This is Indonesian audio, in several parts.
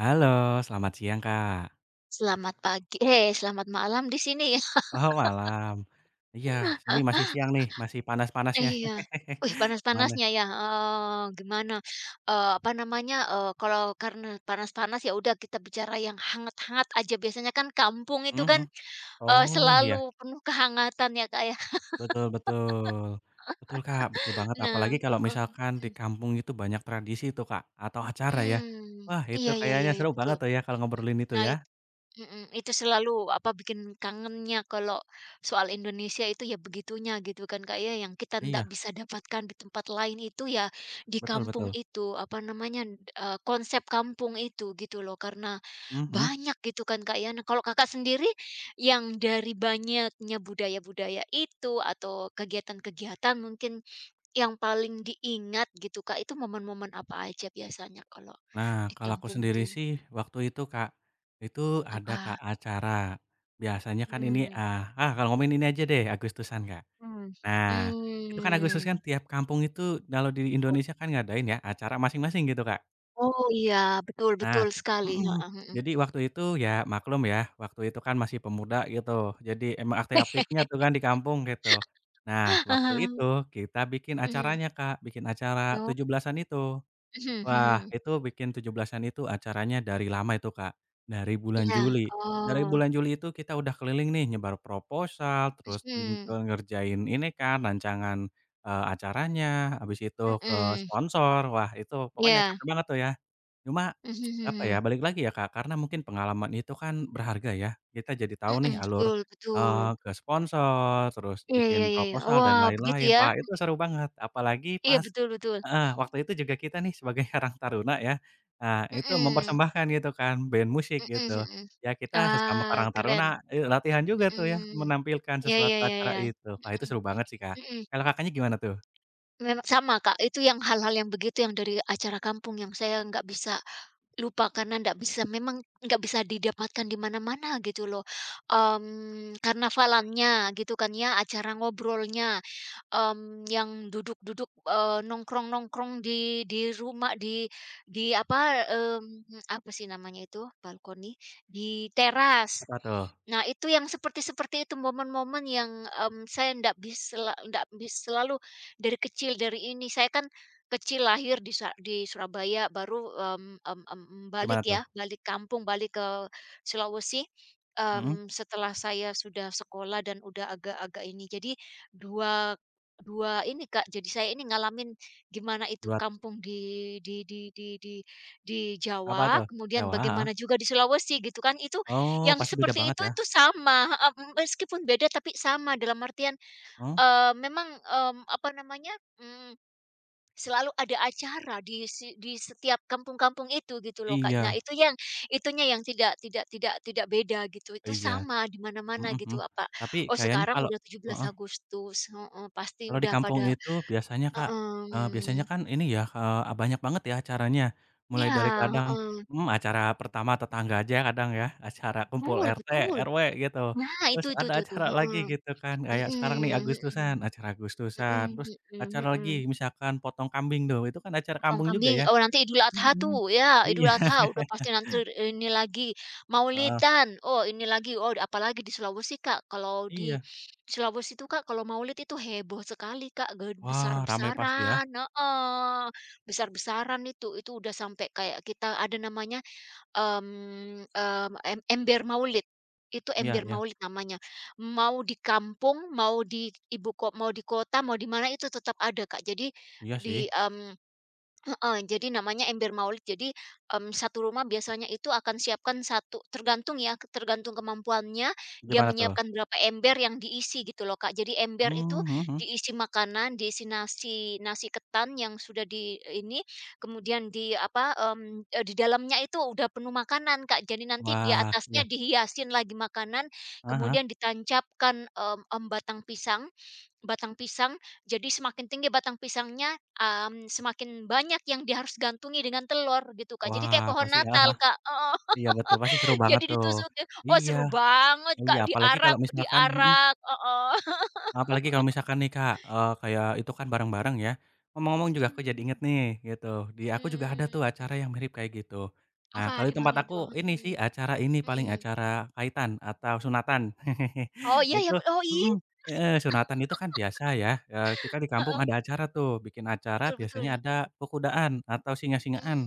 Halo, selamat siang, Kak. Selamat pagi, eh, selamat malam di sini ya. Oh, malam. Iya, sini masih siang nih, masih panas-panasnya. Iya. Wih, Gimana? panas-panasnya ya, heeh, gimana, apa namanya, kalau karena panas-panas ya udah kita bicara yang hangat-hangat aja, biasanya kan kampung itu kan, Mhm. Oh, selalu iya, penuh kehangatan ya, Kak, ya. betul betul. Betul, Kak, betul banget. Nah, Apalagi kalau heeh, misalkan di mhm, kampung itu banyak tradisi tuh, Kak, atau acara ya. Wah, itu iya iya kayaknya iya iya, seru banget betul. tuh ya kalau ngobrolin itu Nah, ya. Mhm, itu selalu apa, bikin kangennya kalau soal Indonesia itu ya begitunya gitu kan Kak ya, yang kita ndak Iya, bisa dapatkan di tempat lain itu ya di betul kampung betul. itu, apa namanya, konsep kampung itu gitu loh, karena Mhm. banyak gitu kan Kak ya. Nah, kalau Kakak sendiri yang dari banyaknya budaya-budaya itu atau kegiatan-kegiatan mungkin yang paling diingat gitu Kak, itu momen-momen apa aja biasanya kalau Nah, di kalau aku kampung sendiri tuh? sih waktu itu, Kak, itu ada, Apa? Kak, acara. Biasanya kan ini, Mhm. Kalau ngomongin ini aja deh, Agustusan, Kak. Mmm, Nah, itu kan Agustus kan mmm. tiap kampung itu kalau di Indonesia kan ngadain ya acara masing-masing gitu, Kak. Oh, iya, betul Nah, betul sekali, mhm, heeh heeh. jadi waktu itu ya maklum ya, waktu itu kan masih pemuda gitu, jadi emang aktif-aktifnya tuh kan di kampung gitu. Nah, waktu itu kita bikin Mhm. acaranya, Kak, bikin acara Oh. tujuh belasan itu. Mhm Wah, mhm. itu bikin tujuh belasan itu acaranya dari lama itu, Kak, dari bulan Iya, Juli. Dari oh. bulan Juli itu kita udah keliling nih nyebar proposal, terus ngerjain ini kan rancangan, acaranya, habis itu Mhm, ke mhm, sponsor. Wah, itu pokoknya iya, capek banget tuh ya. Cuma mhm apa ya, mhm, balik lagi ya, Kak, karena mungkin pengalaman itu kan berharga ya. Kita jadi mhm. tahu nih alur, Betul betul. Ke sponsor, terus Iya iya bikin iya iya. Oh, proposal dan wah, begitu lain-lain. ya? Wah, itu seru banget, apalagi Iya, pas betul betul. heeh, waktu itu juga kita nih sebagai karang taruna ya, nah itu Mhm, mempersembahkan gitu kan, band musik mhm gitu. mhm. Ya kita sesama Ah, karang keren, taruna, latihan juga tuh ya, mhm. menampilkan Iya sesuatu iya iya acara iya. itu. Wah, itu Mhm seru banget sih, Kak. mhm. Kalau Kakaknya gimana tuh? Memang sama, Kak, itu yang hal-hal yang begitu yang dari acara kampung yang saya nggak bisa lupa, karena ndak bisa memang nggak bisa didapatkan di mana-mana gitu loh, karnavalannya gitu kan ya, acara ngobrolnya. Yang duduk-duduk, nongkrong-nongkrong di rumah, di apa, apa sih namanya itu, balkoni, di teras. Apa tuh? Nah, itu yang seperti-seperti itu momen-momen yang, saya ndak bisa sela ndak bis selalu dari kecil, dari ini. Saya kan kecil lahir di di Surabaya, baru, Gimana balik tuh? ya, balik kampung, balik ke Sulawesi, Mhm, setelah saya sudah sekolah dan udah agak-agak ini. Jadi, 2 2 ini, Kak, jadi saya ini ngalamin gimana itu buat kampung di apa Jawa, tuh? kemudian Jawa, heeh. bagaimana juga di Sulawesi gitu kan. Itu Oh, yang pasti beda seperti banget ya? itu sama, heeh, meskipun beda tapi sama dalam artian, Oh, memang, apa namanya, mmm, selalu ada acara di setiap kampung-kampung itu gitu loh, Kak. iya Nah, itu yang itunya yang tidak tidak tidak tidak beda gitu, itu iya, sama di mana-mana mhm mhm. gitu apa, Tapi oh kayaknya sekarang kalau udah tujuh belas heeh, Agustus, heeh, pasti kalau di udah kampung pada. itu biasanya, Kak, biasanya Heeh, kan ini ya, banyak banget ya acaranya, mulai iya, dari kadang heeh, acara pertama tetangga aja kadang ya, acara kumpul betul RT, betul. RW gitu, Nah, terus itu itu ada itu tuh, acara lagi heeh, gitu kan, kayak sekarang nih Agustusan, mhm acara Agustusan, mhm terus mhm mhm acara lagi mhm. misalkan potong kambing tuh, itu kan acara Potong kampung juga kambing, ya, oh nanti Idul Adha mhm, tuh, ya iya, Idul Adha udah pasti nanti ini lagi, heeh, Maulidan, oh ini lagi, oh apalagi di Sulawesi, Kak, kalau di iya. Sulawesi itu, Kak, kalau Maulid itu heboh sekali, Kak, Wah, rame pasti ya, besar-besaran heeh, besar-besaran itu udah sampai kayak kita ada namanya ember maulid, itu iya ember iya, maulid namanya. Mau di kampung, mau di ibu ko mau di kota, mau di mana itu tetap ada, Kak. Jadi iya di, sih, mmm Heeh, jadi namanya ember maulid. Jadi, satu rumah biasanya itu akan siapkan satu tergantung ya, tergantung kemampuannya, dia gimana tuh? menyiapkan berapa ember yang diisi gitu loh, Kak. Jadi ember Mmm, itu mhm mhm. diisi makanan, diisi nasi nasi ketan yang sudah di ini, kemudian di apa, di dalamnya itu udah penuh makanan, Kak. Jadi nanti di Wah, iya, atasnya dihiasin lagi makanan, heeh heeh. kemudian ditancapkan, batang pisang. Batang pisang, jadi semakin tinggi batang pisangnya, semakin banyak yang dia harus gantungi dengan telur gitu, Kak. Jadi Wah, kayak pohon pasti heeh Natal, heeh. Kak, oh. Iya betul, pasti seru banget Jadi tuh. ditusukin, oh Iya seru banget, iya, Kak, apalagi diarak kalau misalkan mhm, diarak heeh. apalagi kalau misalkan nih Kak, kayak itu kan bareng-bareng ya. Ngomong-ngomong juga aku jadi inget Mhm nih gitu, di aku juga ada mhm. tuh acara yang mirip kayak gitu. Nah, Apa, kalau di di tempat mana aku itu? ini sih Mhm acara ini paling mhm. acara kaitan atau sunatan. Oh iya Itu ya, oh iya mhm, heeh, sunatan itu kan biasa ya, kita di kampung heeh, ada acara tuh, bikin acara betul betul. biasanya ada kuku atau singa-singaan. Mhm.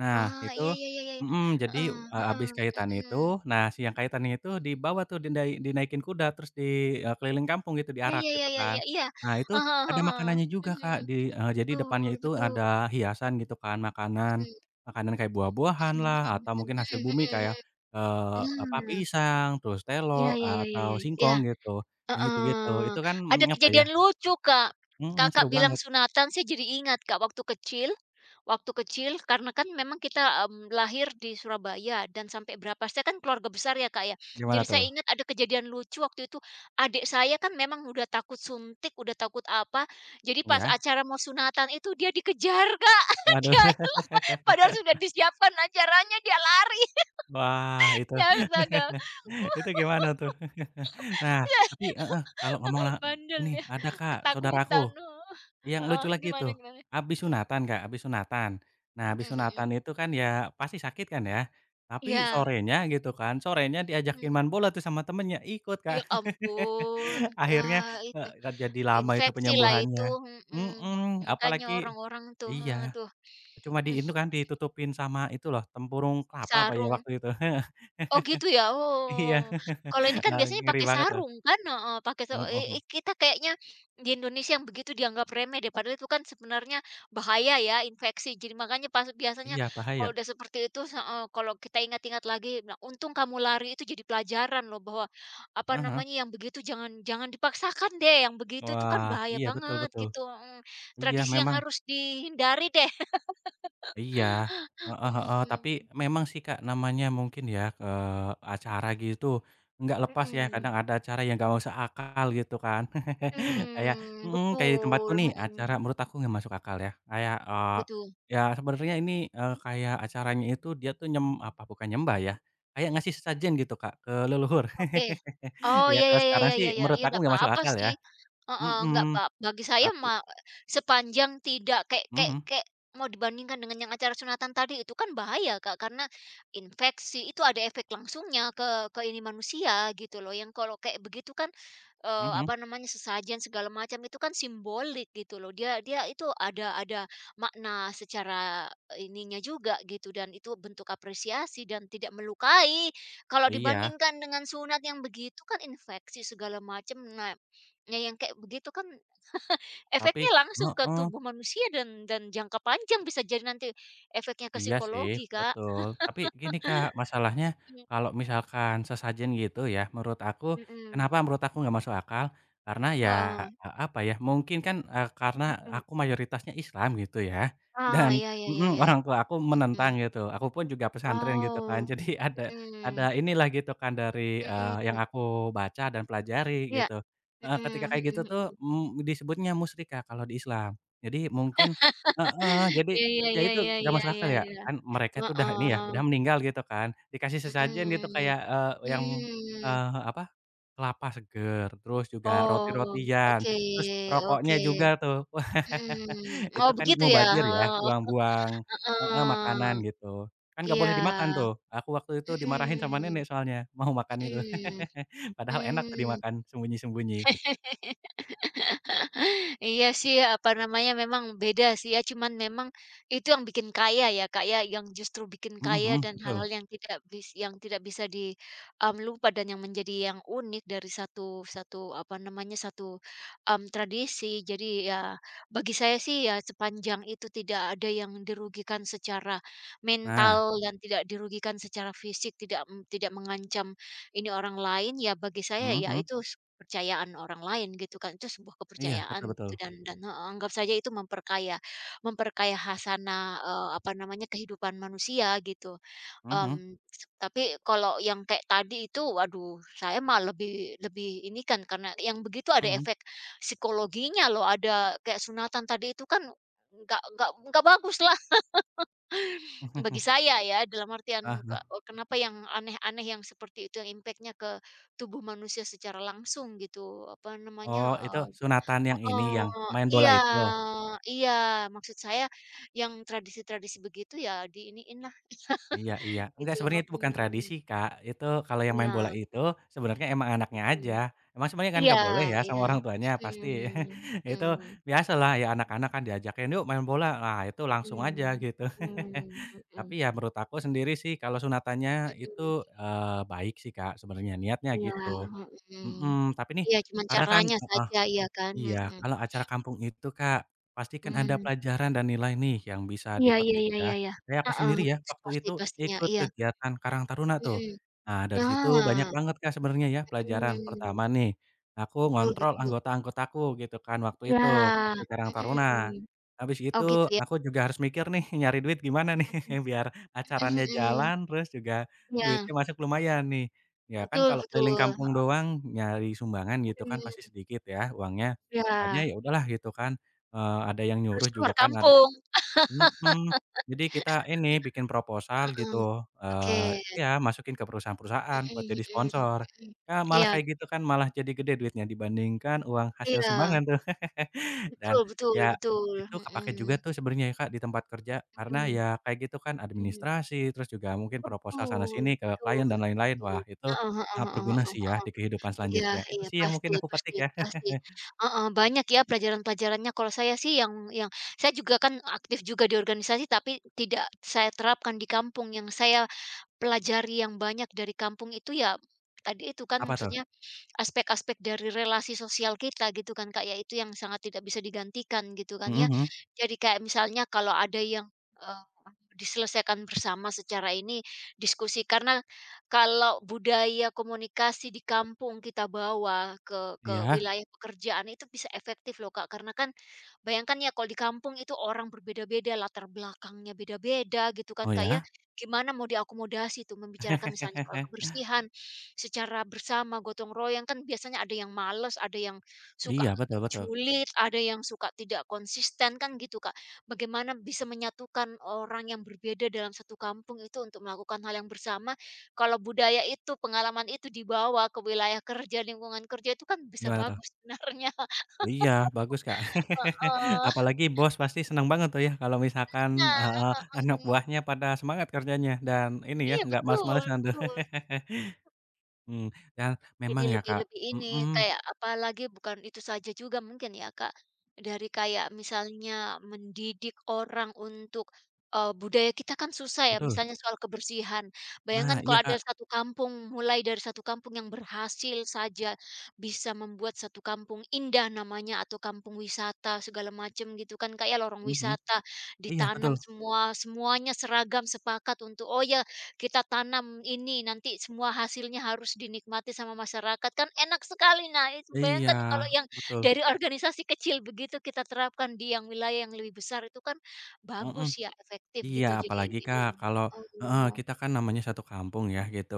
Nah Oh, itu iya iya iya iya iya. mhm, jadi, Heeh heeh, habis kaitan mhm. itu, nah si yang kaitannya itu dibawa tuh dindai dinaikin kuda terus di, keliling kampung gitu Ya diarak ya gitu ya ya kan. ya, iya. Nah itu Heeh ada heeh heeh. makanannya juga Kak Mhm. di jadi depannya Betul itu betul, ada hiasan gitu kan makanan, mhm. makanan kayak buah buahan Mhm lah atau mhm mungkin hasil mhm bumi kayak, mhm apa mhm. Nah, pisang, terus iya telo, iya iya iya iya, atau iya, singkong gitu, yang gitu-gitu. heeh. Itu kan, Ada apa ya kejadian lucu, Kak. mhm, Kakak seru bilang banget. sunatan, saya jadi ingat, Kak, waktu kecil karena kan memang kita, lahir di Surabaya dan sampai berapa saya kan keluarga besar ya, Kak, ya. Gimana Jadi saya tuh? ingat ada kejadian lucu waktu itu, adik saya kan memang udah takut suntik, udah takut apa, jadi pas Ya, acara mau sunatan itu dia dikejar, Kak. waduh. Dia padahal sudah disiapkan acaranya, dia lari. Wah, itu Ya astaga, itu gimana tuh? Nah, tapi heeh, kalau ngomong la bandel ini ya, ada, Kak, ketakutan, saudaraku heeh, yang lucu heeh, lagi gimana tuh, gimana? habis Mmm, sunatan, Kak, habis sunatan. Nah, mhm habis mhm, sunatan itu kan ya pasti sakit kan ya, tapi iya, sorenya gitu kan, sorenya mhm, ya hmm. diajakin main bola tuh sama temennya, ikut, Ya Kak. ampun, Akhirnya, Kak, itu jadi lama itu infeksi lah itu, penyembuhannya. mhm, Mhm, makanya apalagi orang-orang tuh, iya, aduh, cuma di mmm, itu kan ditutupin sama itu loh, tempurung kelapa apa ya sarung. waktu itu? Oh gitu ya? Iya. Oh. Kalau ini kan Nah, biasanya ngeri pakai banget tuh. sarung kan? Heeh, pakai sa Heeh. I kita kayaknya di Indonesia yang begitu dianggap remeh deh, padahal itu kan sebenarnya bahaya ya, infeksi. Jadi makanya pas biasanya Iya, kalau bahaya. udah seperti itu heeh, kalau kita ingat-ingat lagi, nah, untung kamu lari itu jadi pelajaran loh bahwa, apa Heeh. namanya, yang begitu jangan jangan dipaksakan deh, yang begitu itu kan Wah, bahaya iya betul banget betul. gitu, mhm. Iya, Tradisi yang memang. harus dihindari deh. Iya, heeh heeh, tapi Mhm, memang sih Kak, namanya mungkin ya, acara gitu, nggak lepas ya mhm. kadang ada acara yang nggak masuk akal gitu kan. Kayak mhm, kayak di tempatku Betul, nih acara mhm, menurut aku nggak masuk akal ya, kayak, gitu. ya sebenarnya ini, kayak acaranya itu dia tuh nyem apa, bukan nyembah ya, kayak ngasih sesajen gitu Kak, ke leluhur. Oke. Oh, Ya ya kalau ya ya sekarang ya sih ya ya, menurut ya aku nggak nggak masuk apa-apa akal ya, sih. Heeh, nggak, mhm, Pak. Bagi saya tapi sepanjang tidak kayak kayak mhm kayak mau dibandingkan dengan yang acara sunatan tadi itu kan bahaya, Kak, karena infeksi, itu ada efek langsungnya ke ini manusia gitu loh. Yang kalau kayak begitu kan, mhm, apa namanya, sesajen segala macam itu kan simbolik gitu loh. Dia dia itu ada makna secara ininya juga gitu dan itu bentuk apresiasi dan tidak melukai. Kalau iya, dibandingkan dengan sunat yang begitu kan infeksi segala macam, nah ya yang kayak begitu kan tapi efeknya langsung ke heeh. tubuh manusia dan jangka panjang bisa jadi nanti efeknya ke Iya sih, psikologi, Kak. betul. Tapi gini Kak, masalahnya Mmm, kalau misalkan sesajen gitu ya, menurut aku mhm, kenapa menurut aku nggak masuk akal, karena ya, heeh, apa ya, mungkin kan, karena mhm. aku mayoritasnya Islam gitu ya, Ah, dan iya iya iya mhm, iya, orang tua aku menentang mhm. gitu. Aku pun juga pesantren gitu kan, Oh, jadi ada mhm, inilah gitu kan dari, mhm, yang aku baca dan pelajari iya, gitu. Heeh, mhm ketika mhm kayak gitu tuh, mhm. Disebutnya musyrik kalau di Islam. Jadi mungkin heeh, jadi Iya ya iya itu, iya nggak iya masuk iya akal ya, iya iya, kan mereka itu udah ini ya, udah heeh, meninggal gitu kan, dikasih sesajen gitu mhm. kayak, yang, Mmm, apa, kelapa seger, terus juga oh, roti-rotian, oke terus rokoknya oke, juga tuh. mhm. Itu Oh kan begitu ya? mubazir ya, Heeh, buang-buang heeh, makanan heeh. gitu. Kan nggak Iya, boleh dimakan tuh, aku waktu itu dimarahin sama nenek mhm soalnya, mau makan itu. mhm, Padahal enak tuh mmm. dimakan sembunyi-sembunyi. Iya sih, apa namanya, memang beda sih ya, cuman memang itu yang bikin kaya ya, Kak, ya, yang justru bikin Mhm kaya mhm, dan betul. hal-hal. Mhm. Yang tidak bis yang tidak bisa lupa dan yang menjadi yang unik dari satu satu apa namanya, satu, tradisi. Jadi ya, bagi saya sih ya sepanjang itu tidak ada yang dirugikan secara Nah, mental dan tidak dirugikan secara fisik, tidak, tidak mengancam ini orang lain, ya bagi saya mhm ya mhm, itu kepercayaan orang lain gitu kan, itu sebuah iya, betul kepercayaan betul. gitu dan heeh, anggap saja itu memperkaya memperkaya khasanah, apa namanya, kehidupan manusia gitu. Mhm Mmm, s Tapi kalau yang kayak tadi itu waduh saya mah lebih lebih ini kan karena yang begitu ada mhm efek psikologinya loh, ada kayak sunatan tadi itu kan nggak bagus lah mhm. bagi saya ya, dalam artian Heeh heeh. kenapa yang aneh-aneh yang seperti itu yang impactnya ke tubuh manusia secara langsung gitu, apa namanya, Oh, itu sunatan yang ini, yang Oh, main bola iya itu? iya, maksud saya yang tradisi-tradisi begitu ya diiniin lah Iya iya. Enggak, gitu, sebenarnya itu bukan tradisi, mhm, Kak. Itu kalau yang main iya, bola itu sebenarnya emang anaknya mhm, aja. Emang sebenarnya kan iya nggak boleh ya sama iya, orang tuanya pasti. mhm Itu mhm biasalah ya anak-anak kan diajakin, "Yuk main bola." Nah, itu langsung aja mhm gitu. mhm mhm Tapi ya menurut aku sendiri sih kalau sunatannya itu, mhm, baik sih, Kak, sebenarnya niatnya iya, gitu. mhm, Mhm, tapi nih iya cuman karena kan caranya saja, iya kan, iya, mhm, kalau acara kampung itu, Kak, pasti kan ada mmm. pelajaran dan nilai nih yang bisa Iya iya dipetik iya ya. iya iya. Kayak aku Heeh, sendiri ya, betul waktu pasti itu pastinya, ikut iya, kegiatan Karang Taruna tuh. mhm. Nah, dari situ banyak Ah, banget, Kak, sebenarnya ya pelajaran. mmm, Pertama nih, aku betul ngontrol betul. anggota-anggotaku gitu kan waktu Iya, itu, pasti Karang Taruna. mhm. Habis Oh itu gitu ya, aku juga harus mikir nih nyari duit gimana nih mhm biar mhm acaranya mhm. jalan, terus juga Iya, duitnya masuk lumayan nih. Ya kan betul kalau keliling betul, kampung doang nyari sumbangan gitu kan pasti mhm, sedikit ya uangnya. Makanya iya, ya udahlah gitu kan, ada yang harus nyuruh juga keluar kan ada kampung, mhm, jadi kita ini bikin proposal heeh, gitu, oke, iya masukin ke perusahaan-perusahaan mhm buat jadi mhm sponsor. mhm. Ya malah Iya kayak gitu kan malah jadi gede duitnya dibandingkan uang hasil iya, sumbangan tuh. Dan betul betul ya betul, itu kepake juga mhm tuh sebenarnya ya Kak di tempat kerja karena mhm ya kayak gitu kan mhm. administrasi, terus juga mungkin proposal sana Betul sini ke betul, klien dan lain-lain. iya, Wah itu heeh heeh sangat heeh berguna heeh sih ya heeh. di kehidupan Iya selanjutnya. Itu iya, sih yang pasti mungkin aku pasti petik ya. pasti. Heeh, banyak ya pelajaran-pelajarannya. Kalau saya sih yang saya juga kan aktif juga di organisasi, tapi tidak saya terapkan di kampung. Yang saya pelajari yang banyak dari kampung itu ya, tadi itu kan Apa tuh? maksudnya aspek-aspek dari relasi sosial kita gitu kan, Kak, ya, itu yang sangat tidak bisa digantikan gitu kan Mhm ya. mhm, Jadi kayak misalnya kalau ada yang, eee, diselesaikan bersama secara ini diskusi, karena kalau budaya komunikasi di kampung kita bawa ke iya. wilayah pekerjaan itu bisa efektif loh, Kak, karena kan bayangkan ya kalau di kampung itu orang berbeda-beda, latar belakangnya beda-beda gitu kan, Oh Kak, ya. ya? Gimana mau diakomodasi tuh membicarakan misalnya soal kebersihan, secara bersama gotong royong kan biasanya ada yang males, ada yang suka Iya, betul betul. julid, ada yang suka tidak konsisten kan gitu Kak. Bagaimana bisa menyatukan orang yang berbeda dalam satu kampung itu untuk melakukan hal yang bersama, kalau budaya itu, pengalaman itu dibawa ke wilayah kerja, lingkungan kerja itu kan bisa Gimana tuh? bagus sebenarnya. Iya, bagus, Kak. Heeh, Apalagi bos pasti senang banget tuh ya kalau misalkan nah, heeh, anak heeh. buahnya pada semangat kerjanya dan ini ya, Iya nggak betul males-malesan tuh. betul. Mmm, dan Jadi memang ya, lebih Kak lebih ini, mhm, kayak apalagi bukan itu saja juga mungkin ya, Kak, dari kayak misalnya mendidik orang untuk, budaya kita kan susah ya, betul. misalnya soal kebersihan. Nah, Bayangkan iya, kalau Kak. ada satu kampung, mulai dari satu kampung yang berhasil saja bisa membuat satu kampung indah namanya atau kampung wisata segala macam gitu kan, kayak lorong Mhm, wisata iya ditanam betul. semua, semuanya seragam sepakat untuk, "Oh, ya kita tanam ini, nanti semua hasilnya harus dinikmati sama masyarakat, kan enak sekali." Nah, itu Iya, bayangkan ya, kalau yang betul. dari organisasi kecil begitu kita terapkan di yang wilayah yang lebih besar itu kan Mhm. bagus ya, efektif Iya, gitu. Jadi apalagi yang Kak, kalau heeh, heeh, kita kan namanya satu kampung ya, gitu.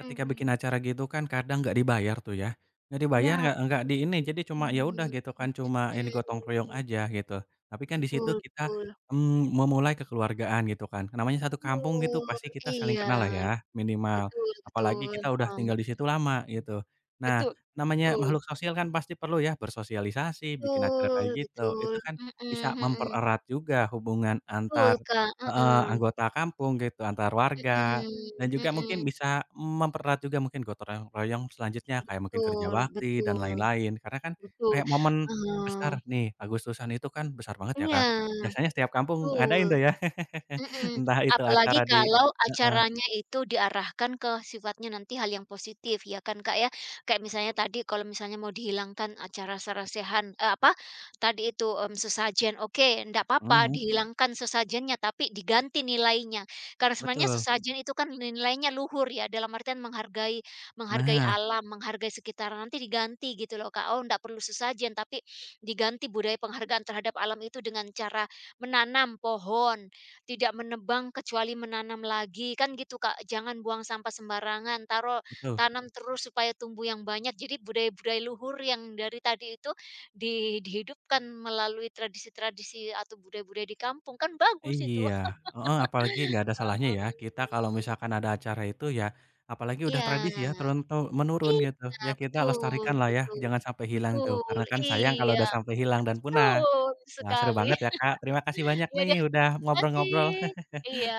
Ketika bikin mhm. acara gitu kan kadang nggak dibayar tuh ya, nggak Iya, dibayar, nggak betul. di ini, jadi cuma ya udah Mmm, gitu kan, cuma ini gotong royong mhm. aja gitu. Tapi kan di situ Betul kita, betul memulai kekeluargaan gitu kan. Namanya satu kampung gitu betul. pasti kita saling Iya, kenal lah ya, minimal. betul Apalagi betul, kita udah tinggal heeh. di situ lama gitu. Nah, Betul namanya betul makhluk sosial kan pasti perlu ya bersosialisasi, bikin acara betul kayak gitu. betul, Itu kan mhm bisa mhm. mempererat juga hubungan Betul, antar Kak, heeh, heeh, anggota kampung gitu, antar warga, mhm dan juga mungkin mhm, bisa mempererat juga mungkin gotong royong selanjutnya kayak mungkin kerja betul bakti dan betul lain-lain. Karena kan betul, kayak momen besar eee, nih, Agustusan itu kan besar banget ya, iya, Kak. Biasanya setiap kampung ngadain betul. tuh ya. Mhm, Entah itu apalagi acara di kalau heeh, acaranya itu diarahkan ke sifatnya nanti hal yang positif ya kan, Kak, ya. Kayak misalnya tadi kalau misalnya mau dihilangkan acara sarasehan apa, tadi itu, sesajen, oke, ndak mhm papa mhm, dihilangkan sesajennya tapi diganti nilainya. Karena sebenarnya betul. sesajen itu kan nilainya luhur ya, dalam artian menghargai menghargai Nah, alam, menghargai sekitar, nanti diganti gitu loh, Kak. Oh, ndak perlu sesajen tapi diganti budaya penghargaan terhadap alam itu dengan cara menanam pohon. Tidak menebang kecuali menanam lagi, kan gitu, Kak. Jangan buang sampah sembarangan, taruh betul. tanam terus supaya tumbuh yang banyak. Jadi budaya-budaya luhur yang dari tadi itu dihidupkan melalui tradisi-tradisi atau budaya-budaya di kampung, kan bagus itu. Iya, heeh, apalagi nggak ada salahnya ya, kita Heeh. kalau misalkan ada acara itu ya, apalagi udah tradisi ya Iya. turun tu menurun gitu, Iya, ya kita betul lestarikanlah ya, betul. jangan sampai hilang tuh, Betul, karena kan sayang kalau iya. udah sampai hilang dan punah. Betul Wah seru sekali. banget ya Kak, terima kasih banyak Iya nih deh, udah terima kasih. ngobrol-ngobrol. Iya.